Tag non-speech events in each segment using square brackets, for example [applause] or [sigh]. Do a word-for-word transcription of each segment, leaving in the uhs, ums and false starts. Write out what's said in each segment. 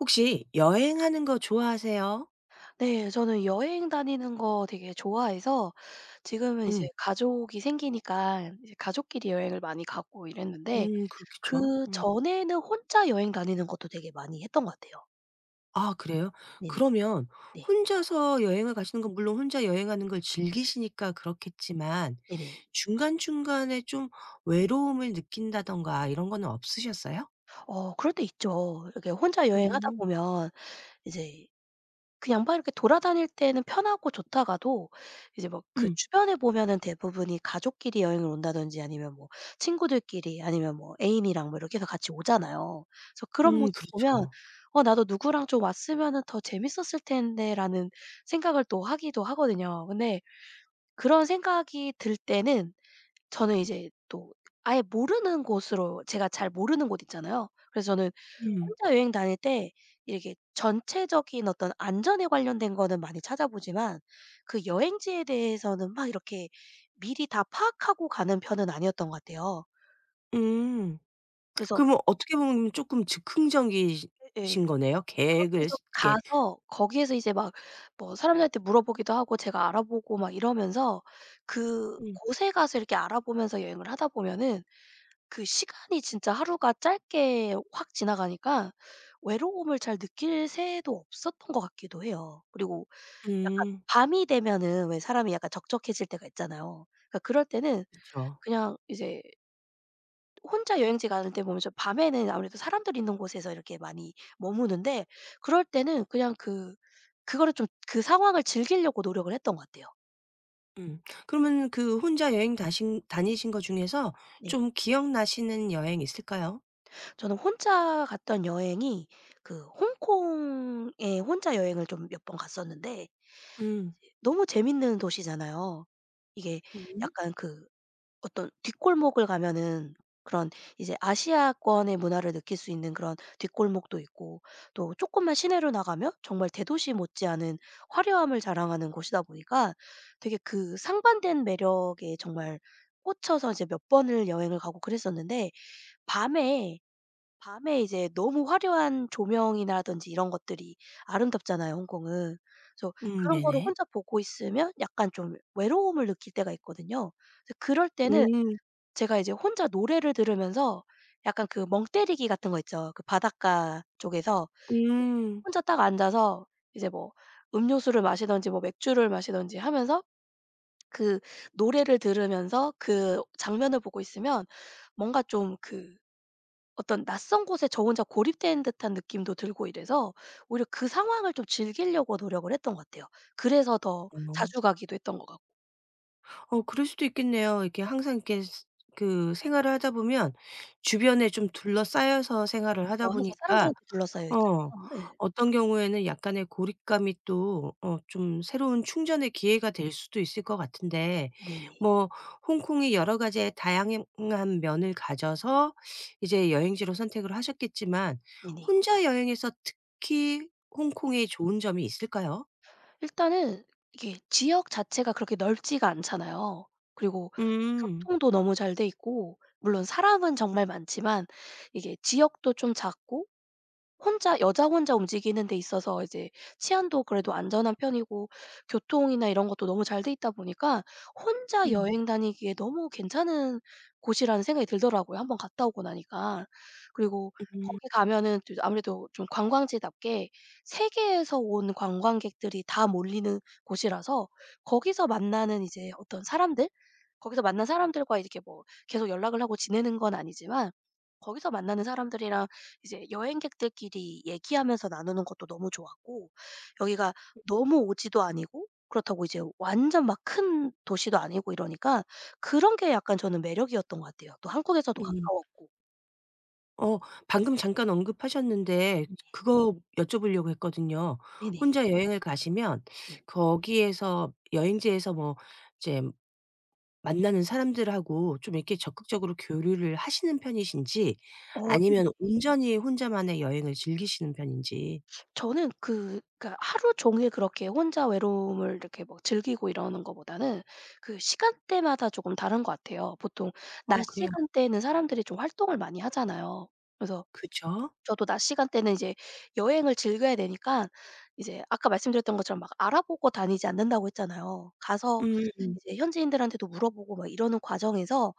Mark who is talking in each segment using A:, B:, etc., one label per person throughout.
A: 혹시 여행하는 거 좋아하세요?
B: 네. 저는 여행 다니는 거 되게 좋아해서 지금은 이제
A: 음.
B: 가족이 생기니까 이제 가족끼리 여행을 많이 가고 이랬는데,
A: 음 그렇겠죠. 음.
B: 그전에는 혼자 여행 다니는 것도 되게 많이 했던 것 같아요.
A: 아 그래요?
B: 네네.
A: 그러면
B: 네.
A: 혼자서 여행을 가시는 건 물론 혼자 여행하는 걸 즐기시니까 그렇겠지만
B: 네네.
A: 중간중간에 좀 외로움을 느낀다든가 이런 거는 없으셨어요?
B: 어 그럴 때 있죠. 이렇게 혼자 여행하다
A: 음.
B: 보면 이제 그 양반 이렇게 돌아다닐 때는 편하고 좋다가도, 이제 막 그
A: 음.
B: 주변에 보면은 대부분이 가족끼리 여행을 온다든지 아니면 뭐 친구들끼리 아니면 뭐 애인이랑 뭐 이렇게 해서 같이 오잖아요. 그래서 그런 음.
A: 음
B: 모습 보면
A: 그렇죠.
B: '어 나도 누구랑 좀 왔으면은 더 재밌었을 텐데.'라는 생각을 또 하기도 하거든요. 근데 그런 생각이 들 때는 저는 이제 또 아예 모르는 곳으로, 제가 잘 모르는 곳 있잖아요. 그래서 저는
A: 음.
B: 혼자 여행 다닐 때 이렇게 전체적인 어떤 안전에 관련된 거는 많이 찾아보지만, 그 여행지에 대해서는 막 이렇게 미리 다 파악하고 가는 편은 아니었던 것 같아요.
A: 음.
B: 그래서.
A: 그러면 어떻게 보면 쪼끔 즉흥적이시
B: 예.
A: 신 거네요?
B: 그렇게
A: 계획을
B: 해서
A: 이렇게
B: 가서 거기에서 이제 막 뭐 사람들한테 물어보기도 하고 제가 알아보고 막 이러면서
A: 음.
B: 그곳에 가서 이렇게 알아보면서 여행을 하다 보면은, 그 시간이 진짜 하루가 짧게 확 지나가니까 외로움을 잘 느낄 새도 없었던 것 같기도 해요. 그리고 약간
A: 음.
B: 밤이 되면은 왜 사람이 약간 적적해질 때가 있잖아요. 그러니까 그럴 때는
A: 그쵸.
B: 그냥 이제 혼자 여행지 가는 때 보면 좀 밤에는 아무래도 사람들 있는 곳에서 이렇게 많이 머무는데, 그럴 때는 그냥 그 그거를 좀 그 상황을 즐기려고 노력을 했던 것 같아요.
A: 음. 그러면 그 혼자 여행 다신 다니신 거 중에서
B: 네.
A: 좀 기억나시는 여행 있을까요?
B: 저는 혼자 갔던 여행이 그 홍콩에 혼자 여행을 좀 몇 번 갔었는데,
A: 음.
B: 너무 재밌는 도시잖아요. 이게
A: 음.
B: 약간 그 어떤 뒷골목을 가면은 그런 이제 아시아권의 문화를 느낄 수 있는 그런 뒷골목도 있고, 또 조금만 시내로 나가면 정말 대도시 못지않은 화려함을 자랑하는 곳이다 보니까 되게 그 상반된 매력에 정말 꽂혀서 이제 몇 번을 여행을 가고 그랬었는데, 밤에 밤에 이제 너무 화려한 조명이라든지 이런 것들이 아름답잖아요, 홍콩은. 그래서
A: 음
B: 그런 거를
A: 네네.
B: 혼자 보고 있으면 약간 좀 외로움을 느낄 때가 있거든요. 그래서 그럴 때는
A: 음.
B: 제가 이제 혼자 노래를 들으면서 약간 그 멍때리기 같은 거 있죠. 그 바닷가 쪽에서
A: 음.
B: 혼자 딱 앉아서 이제 뭐 음료수를 마시든지 뭐 맥주를 마시든지 하면서 그 노래를 들으면서 그 장면을 보고 있으면 뭔가 좀 그 어떤 낯선 곳에 저 혼자 고립된 듯한 느낌도 들고 이래서 오히려 그 상황을 좀 즐기려고 노력을 했던 것 같아요. 그래서 더
A: 어.
B: 자주 가기도 했던 것 같고.
A: 어 그럴 수도 있겠네요. 이렇게 항상 이렇게 스 그 생활을 하다 보면 주변에 좀 둘러싸여서 생활을
B: 그쵸.
A: 하다
B: 항상
A: 보니까
B: 사람들한테 둘러싸여
A: 어.
B: 있잖아요. 뭐 예.
A: 어떤 경우에는 약간의 고립감이 또 어 좀 새로운 충전의 기회가 될 수도 있을 것 같은데
B: 네네네.
A: 뭐 홍콩이 여러 가지의 다양한 면을 가져서 이제 여행지로 선택을 하셨겠지만
B: 네네.
A: 혼자 여행에서 특히 홍콩에 좋은 점이 있을까요?
B: 일단은 이게 지역 자체가 그렇게 넓지가 않잖아요. 그리고
A: 음.
B: 교통도 너무 잘 돼 있고, 물론 사람은 정말 많지만 이게 지역도 좀 작고, 혼자 여자 혼자 움직이는 데 있어서 이제 치안도 그래도 안전한 편이고, 교통이나 이런 것도 너무 잘 돼 있다 보니까 혼자
A: 음.
B: 여행 다니기에 너무 괜찮은 곳이라는 생각이 들더라고요, 한번 갔다 오고 나니까. 그리고
A: 음.
B: 거기 가면은 또 아무래도 좀 관광지답게 세계에서 온 관광객들이 다 몰리는 곳이라서 거기서 만나는 이제 어떤 사람들? 거기서 만난 사람들과 이렇게 뭐 계속 연락을 하고 지내는 건 아니지만, 거기서 만나는 사람들이랑 이제 여행객들끼리 얘기하면서 나누는 것도 너무 좋았고, 여기가 너무 오지도 아니고 그렇다고 이제 완전 막 큰 도시도 아니고 이러니까 그런 게 약간 저는 매력이었던 것 같아요. 또 한국에서도
A: 음.
B: 가까웠고.
A: 어 방금 잠깐 언급하셨는데 그거 여쭤보려고 했거든요.
B: 네네. 네.
A: 혼자 여행을 가시면
B: 네.
A: 거기에서 여행지에서 뭐 이제 만나는 사람들하고 좀 이렇게 적극적으로 교류를 하시는 편이신지
B: 어 네.
A: 아니면 온전히 혼자만의 여행을 즐기시는 편인지.
B: 저는 그 그러니까 하루 종일 그렇게 혼자 외로움을 이렇게 막 즐기고 이러는 것보다는 그 시간대마다 조금 다른 것 같아요. 보통 낮
A: 어 그래요.
B: 시간대에는 사람들이 좀 활동을 많이 하잖아요. 그래서
A: 그쵸?
B: 저도 낮 시간대는 이제 여행을 즐겨야 되니까 이제 아까 말씀드렸던 것처럼 막 알아보고 다니지 않는다고 했잖아요. 가서
A: 음.
B: 이제 현지인들한테도 물어보고 막 이러는 과정에서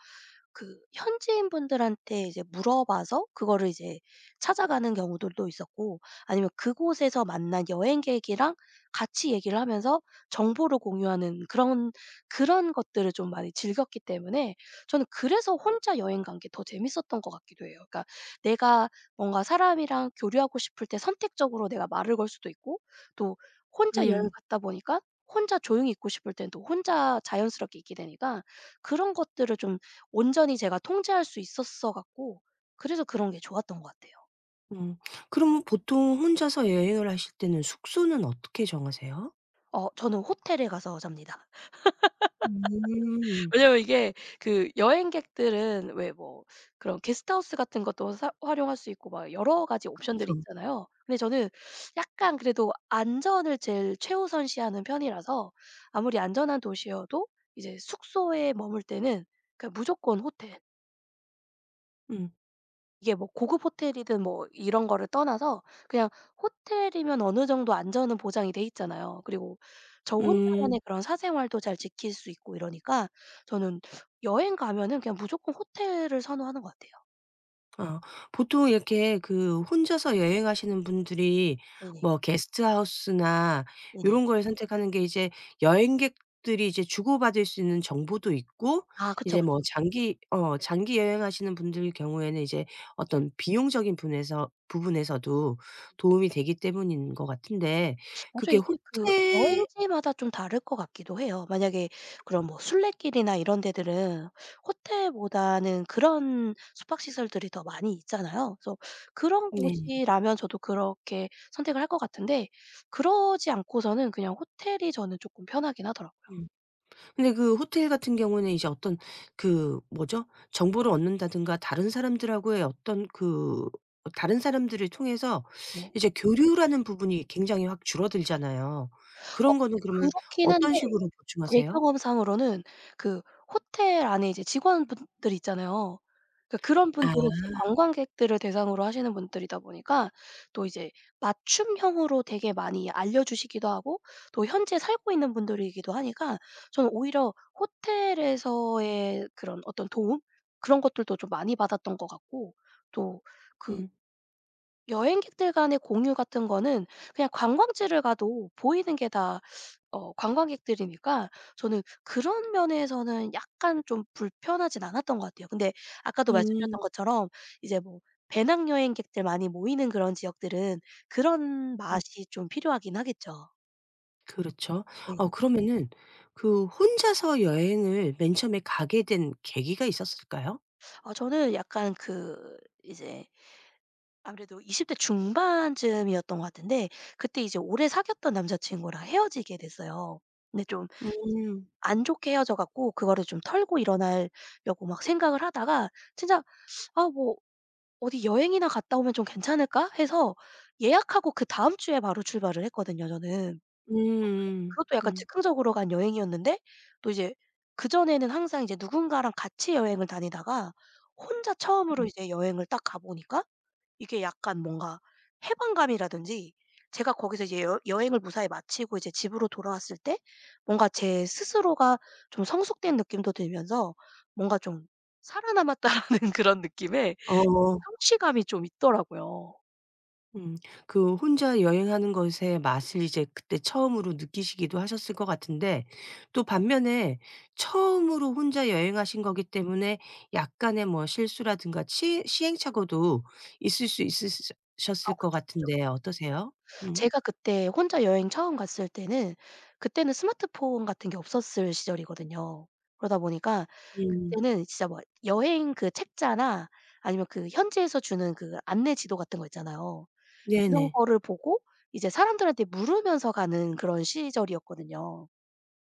B: 그 현지인분들한테 이제 물어봐서 그거를 이제 찾아가는 경우들도 있었고, 아니면 그곳에서 만난 여행객이랑 같이 얘기를 하면서 정보를 공유하는 그런 그런 것들을 좀 많이 즐겼기 때문에 저는 그래서 혼자 여행 간 게 더 재밌었던 것 같기도 해요. 그러니까 내가 뭔가 사람이랑 교류하고 싶을 때 선택적으로 내가 말을 걸 수도 있고, 또 혼자 음. 여행
A: 음.
B: 갔다 보니까 혼자 조용히 있고 싶을 땐 또 혼자 자연스럽게 있게 되니까 그런 것들을 좀 온전히 제가 통제할 수 있었어 갖고, 그래서 그런 게 좋았던 것 같아요.
A: 음. 그럼 보통 혼자서 여행을 하실 때는 숙소는 어떻게 정하세요?
B: 어 저는 호텔에 가서 잡니다. [laughs]
A: 음.
B: 왜냐면 이게 그 여행객들은 왜 뭐 그런 게스트하우스 같은 것도 사 활용할 수 있고 막 여러 가지 옵션들이
A: 그쵸.
B: 있잖아요. 근데 저는 약간 그래도 안전을 제일 최우선시하는 편이라서, 아무리 안전한 도시여도 이제 숙소에 머물 때는 그냥 무조건 호텔.
A: 음.
B: 이게 뭐 고급 호텔이든 뭐 이런 거를 떠나서 그냥 호텔이면 어느 정도 안전은 보장이 돼 있잖아요. 그리고 저
A: 음.
B: 혼자만의 그런 사생활도 잘 지킬 수 있고 이러니까 저는 여행 가면은 그냥 무조건 호텔을 선호하는 것 같아요.
A: 어, 보통 이렇게 그 혼자서 여행하시는 분들이
B: 네네.
A: 뭐 게스트하우스나 이
B: 네네.
A: 런 걸 선택하는 게 이제 여행객들이 이제 주고받을 수 있는 정보도 있고
B: 아 그쵸,
A: 이제
B: 그쵸.
A: 뭐 장기 어 장기 여행하시는 분들 경우에는 이제 어떤 비용적인 분에서 부분에서도 도움이 되기 때문인 것 같은데
B: 맞아,
A: 그게
B: 이게 그
A: 호텔
B: 여행지마다 좀 다를 것 같기도 해요. 만약에 그런 뭐 순례길이나 이런 데들은 호텔보다는 그런 숙박시설들이 더 많이 있잖아요. 그래서 그런
A: 네네.
B: 곳이라면 저도 그렇게 선택을 할 것 같은데, 그러지 않고서는 그냥 호텔이 저는 조금 편하긴 하더라고요.
A: 음. 근데 그 호텔 같은 경우는 이제 어떤 그 뭐죠? 정보를 얻는다든가 다른 사람들하고의 어떤 그 다른 사람들을 통해서
B: 네.
A: 이제 교류라는 부분이 굉장히 확 줄어들잖아요.
B: 어
A: 그런 거는 그러면
B: 그렇긴 한데,
A: 어떤 식으로
B: 제
A: 보충하세요?
B: 경험상으로는 그 호텔 안에 이제 직원분들 있잖아요. 그러니까 그런
A: 아.
B: 분들은 진짜 관광객들을 대상으로 하시는 분들이다 보니까 또 이제 맞춤형으로 되게 많이 알려주시기도 하고, 또 현지에 살고 있는 분들이기도 하니까 저는 오히려 호텔에서의 그런 어떤 도움? 그런 것들도 좀 많이 받았던 것 같고, 또 그
A: 음.
B: 여행객들 간의 공유 같은 거는 그냥 관광지를 가도 보이는 게다 어 관광객들이니까 저는 그런 면에서는 약간 좀 불편하진 않았던 것 같아요. 근데 아까도
A: 음.
B: 말씀드렸던 것처럼 이제 뭐 배낭여행객들 많이 모이는 그런 지역들은 그런
A: 음.
B: 맛이 좀 필요하긴 하겠죠.
A: 그렇죠. 어
B: 네.
A: 그러면은 그 혼자서 여행을 맨 처음에 가게 된 계기가 있었을까요?
B: 아 저는 약간 그 이제 아무래도 이십 대 중반쯤이었던 것 같은데, 그때 이제 오래 사귀었던 남자친구랑 헤어지게 됐어요. 근데 좀
A: 음.
B: 안 좋게 헤어져 갖고 그거를 좀 털고 일어나려고 막 생각을 하다가 진짜, '아 뭐 어디 여행이나 갔다 오면 좀 괜찮을까?' 해서 예약하고 그다음 주에 바로 출발을 했거든요, 저는.
A: 음.
B: 그것도 약간
A: 음.
B: 즉흥적으로 간 여행이었는데, 또 이제 그전에는 항상 이제 누군가랑 같이 여행을 다니다가 혼자 처음으로
A: 음.
B: 이제 여행을 딱 가 보니까 이게 약간 뭔가 해방감이라든지, 제가 거기서 이제 여 여행을 무사히 마치고 이제 집으로 돌아왔을 때 뭔가 제 스스로가 좀 성숙된 느낌도 들면서 뭔가 좀 '살아남았다.'라는 [laughs] 그런 느낌에 그
A: 어.
B: 성취감이 좀 있더라고요.
A: 음. 그 혼자 여행하는 것의 맛을 이제 그때 처음으로 느끼시기도 하셨을 것 같은데 또 반면에 처음으로 혼자 여행하신 거기 때문에 약간의 뭐 실수라든가 치 시행착오도 있을 수 있으
B: 아
A: 셨을 것
B: 그쵸, 그쵸.
A: 같은데 어떠세요? 음.
B: 제가 그때 혼자 여행 처음 갔을 때는 그때는 스마트폰 같은 게 없었을 시절이거든요. 그러다 보니까
A: 음.
B: 그때는 진짜 뭐 여행 그 책자나 아니면 그 현지에서 주는 그 안내 지도 같은 거 있잖아요. 그런
A: 네네.
B: 거를 보고 이제 사람들한테 물으면서 가는 그런 시절이었거든요.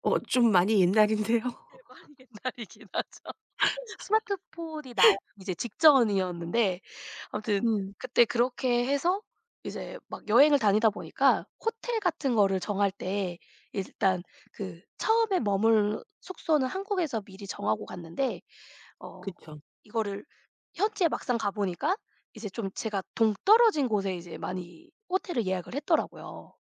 A: 어 좀 많이 옛날인데요.
B: 대
A: [laughs]
B: 박 옛날이긴 하죠. 스마트폰이 나오기 이제 직전이었는데, 아무튼
A: 음.
B: 그때 그렇게 해서 이제 막 여행을 다니다 보니까 호텔 같은 거를 정할 때 일단 그 처음에 머물 숙소는 한국에서 미리 정하고 갔는데, 어
A: 그쵸.
B: 이거를 현지에 막상 가 보니까 이제 좀 제가 동떨어진 곳에 이제 많이 호텔을 예약을 했더라고요.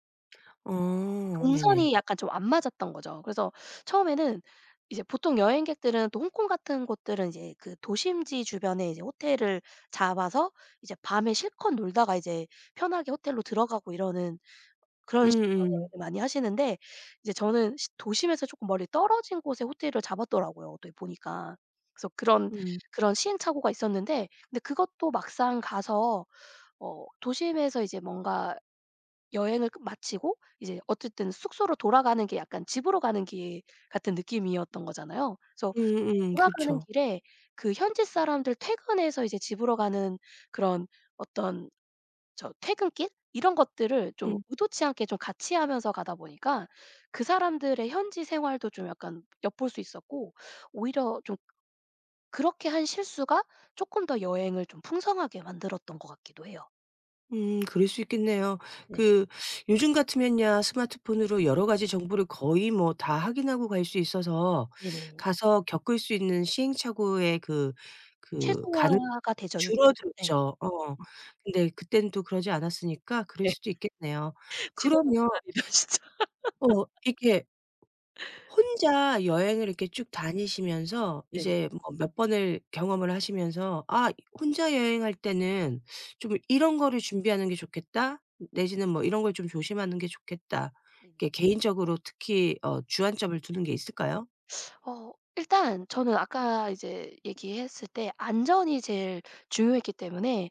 A: 어 네네.
B: 동선이 약간 좀 안 맞았던 거죠. 그래서 처음에는 이제 보통 여행객들은 또 홍콩 같은 곳들은 이제 그 도심지 주변에 이제 호텔을 잡아서 이제 밤에 실컷 놀다가 이제 편하게 호텔로 들어가고 이러는 그런 식으로
A: 음음.
B: 여행을 많이 하시는데, 이제 저는 시 도심에서 조금 멀리 떨어진 곳에 호텔을 잡았더라고요, 어떻게 보니까. 그래서 그런
A: 음.
B: 그런 시행착오가 있었는데, 근데 그것도 막상 가서 어 도심에서 이제 뭔가 여행을 끝 마치고 이제 어쨌든 숙소로 돌아가는 게 약간 집으로 가는 길 같은 느낌이었던 거잖아요. 그래서
A: 음음.
B: 돌아가는
A: 그쵸.
B: 길에 그 현지 사람들 퇴근해서 이제 집으로 가는 그런 어떤 저 퇴근길 이런 것들을
A: 음.
B: 좀
A: 그쵸. 음.
B: 의도치 않게 좀 같이 하면서 가다 보니까 그 사람들의 현지 생활도 좀 약간 엿볼 수 있었고, 오히려 좀 그렇게 한 실수가 조금 더 여행을 좀 풍성하게 만들었던 것 같기도 해요.
A: 음 그럴 수 있겠네요.
B: 네.
A: 그 요즘 같으면야 스마트폰으로 여러 가지 정보를 거의 뭐 다 확인하고 갈 수 있어서
B: 네네.
A: 가서 겪을 수 있는 시행착오의 그 그 가능
B: 최소화가 되죠. 요. 네.
A: 줄어들었죠. 어. 근데 그때는 또 그러지 않았으니까 그럴
B: 네.
A: 수도 있겠네요.
B: 지도 갖고
A: 그러면
B: 다니다 [laughs] 진짜.
A: 어 이렇게 혼자 여행을 이렇게 쭉 다니시면서
B: 네네.
A: 이제 뭐 몇 번을 경험을 하시면서 '아 혼자 여행할 때는 좀 이런 거를 준비하는 게 좋겠다.' 내지는 뭐 '이런 걸 좀 조심하는 게 좋겠다.'
B: 네네.
A: 이렇게 개인적으로 특히 어 주안점을 두는 게 있을까요?
B: 어 일단 저는 아까 이제 얘기했을 때 안전이 제일 중요했기 때문에,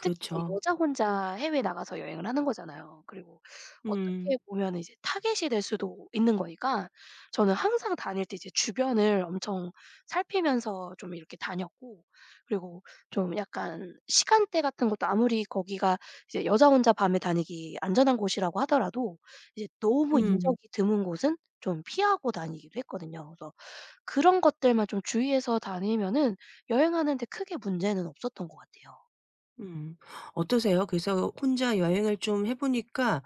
B: 특히 이제 여자 혼자 해외에 나가서 여행을 하는 거잖아요. 그리고 어떻게
A: 음.
B: 보면 이제 타겟이 될 수도 있는 거니까 저는 항상 다닐 때 이제 주변을 엄청 살피면서 좀 이렇게 다녔고, 그리고 좀 약간 시간대 같은 것도 아무리 거기가 이제 여자 혼자 밤에 다니기 안전한 곳이라고 하더라도 이제 너무
A: 음.
B: 인적이 드문 곳은 좀 피하고 다니기도 했거든요. 그래서 그런 것들만 좀 주의해서 다니면은 여행하는 데 크게 문제는 없었던 것 같아요.
A: 음. 어떠세요? 그래서 혼자 여행을 좀 해 보니까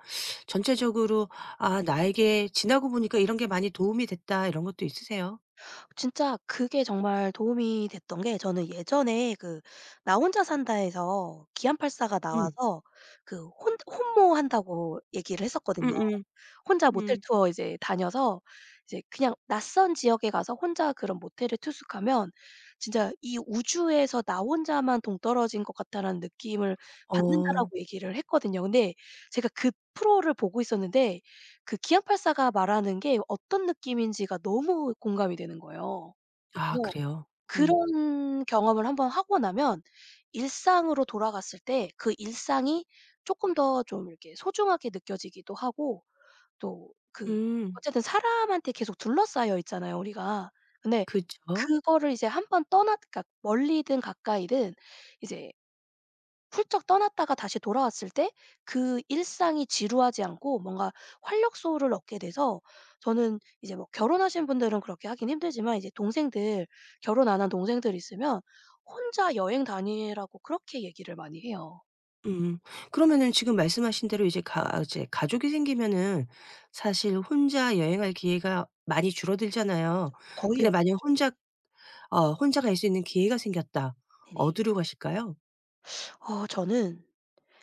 A: 전체적으로 '아 나에게 지나고 보니까 이런 게 많이 도움이 됐다.' 이런 것도 있으세요?
B: 진짜 그게 정말 도움이 됐던 게, 저는 예전에 그 "나 혼자 산다"에서 기안팔사가
A: 음.
B: 나와서 그 혼 혼모한다고 얘기를 했었거든요.
A: 음음.
B: 혼자 모텔
A: 음.
B: 투어 이제 다녀서 이제 그냥 낯선 지역에 가서 혼자 그런 모텔에 투숙하면 진짜 '이 우주에서 나 혼자만 동떨어진 것 같다.'라는 느낌을
A: 어.
B: 받는다라고 얘기를 했거든요. 근데 제가 그 프로를 보고 있었는데 그 기안팔사가 말하는 게 어떤 느낌인지가 너무 공감이 되는 거예요.
A: 아
B: 그래서
A: 그래요? 음.
B: 그런 경험을 한번 하고 나면 일상으로 돌아갔을 때 그 일상이 쪼끔 더 좀 이렇게 소중하게 느껴지기도 하고, 또 그
A: 음.
B: 어쨌든 사람한테 계속 둘러싸여 있잖아요, 우리가. 근데
A: 그쵸.
B: 그거를 이제 한번 떠나, 그러니까 멀리든 가까이든 이제 훌쩍 떠났다가 다시 돌아왔을 때 그 일상이 지루하지 않고 뭔가 활력소를 얻게 돼서, 저는 이제 뭐 결혼하신 분들은 그렇게 하긴 힘들지만 이제 동생들, 결혼 안 한 동생들 있으면 혼자 여행 다니라고 그렇게 얘기를 많이 해요.
A: 음. 그러면은 지금 말씀하신 대로 이제 가 이제 가족이 생기면은 사실 혼자 여행할 기회가 많이 줄어들잖아요.
B: 거의
A: 근데
B: 없.
A: 만약 혼자 어 혼자 갈 수 있는 기회가 생겼다.
B: 네네.
A: 어디로 가실까요?
B: 어 저는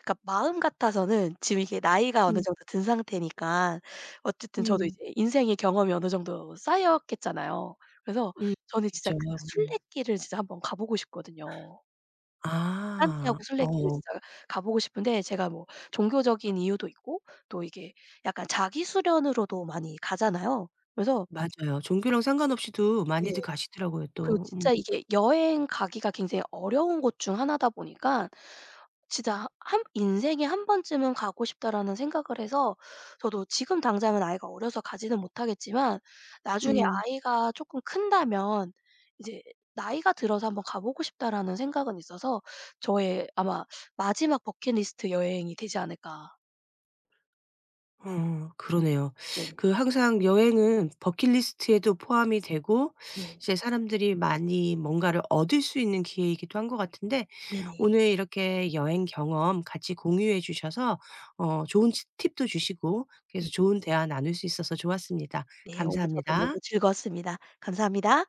B: 그러니까 마음 같아서는 지금 이게 나이가 어느
A: 음.
B: 정도 든 상태니까 어쨌든 저도
A: 음.
B: 이제 인생의 경험이 어느 정도 쌓였겠잖아요. 그래서
A: 음.
B: 저는 진짜 그
A: 그쵸. 음.
B: 순례길을 진짜 한번 가 보고 싶거든요.
A: 아.
B: 딴티하고 술래길을
A: 어
B: 진짜 가보고 싶은데, 제가 뭐 종교적인 이유도 있고 또 이게 약간 자기 수련으로도 많이 가잖아요. 그래서.
A: 맞아요. 종교랑 상관없이도
B: 예.
A: 많이들 가시더라고요
B: 그리고
A: 또. 음.
B: 진짜 이게 여행 가기가 굉장히 어려운 곳 중 하나다 보니까 진짜 한 '인생에 한 번쯤은 가고 싶다.'라는 생각을 해서, 저도 지금 당장은 아이가 어려서 가지는 못하겠지만 나중에
A: 음.
B: 아이가 쪼끔 큰다면 이제 '나이가 들어서 한번 가 보고 싶다.'라는 생각은 있어서 저의 아마 마지막 버킷리스트 여행이 되지 않을까.
A: 어 그러네요.
B: 네네.
A: 그 항상 여행은 버킷리스트에도 포함이 되고
B: 네.
A: 이제 사람들이 많이 뭔가를 얻을 수 있는 기회이기도 한 것 같은데
B: 네네.
A: 오늘 이렇게 여행 경험 같이 공유해 주셔서 어 좋은 치 팁도 주시고 그래서
B: 네.
A: 좋은 대화 나눌 수 있어서 좋았습니다.
B: 네. 오늘 저도 너무
A: 감사합니다.
B: 즐거웠습니다. 감사합니다.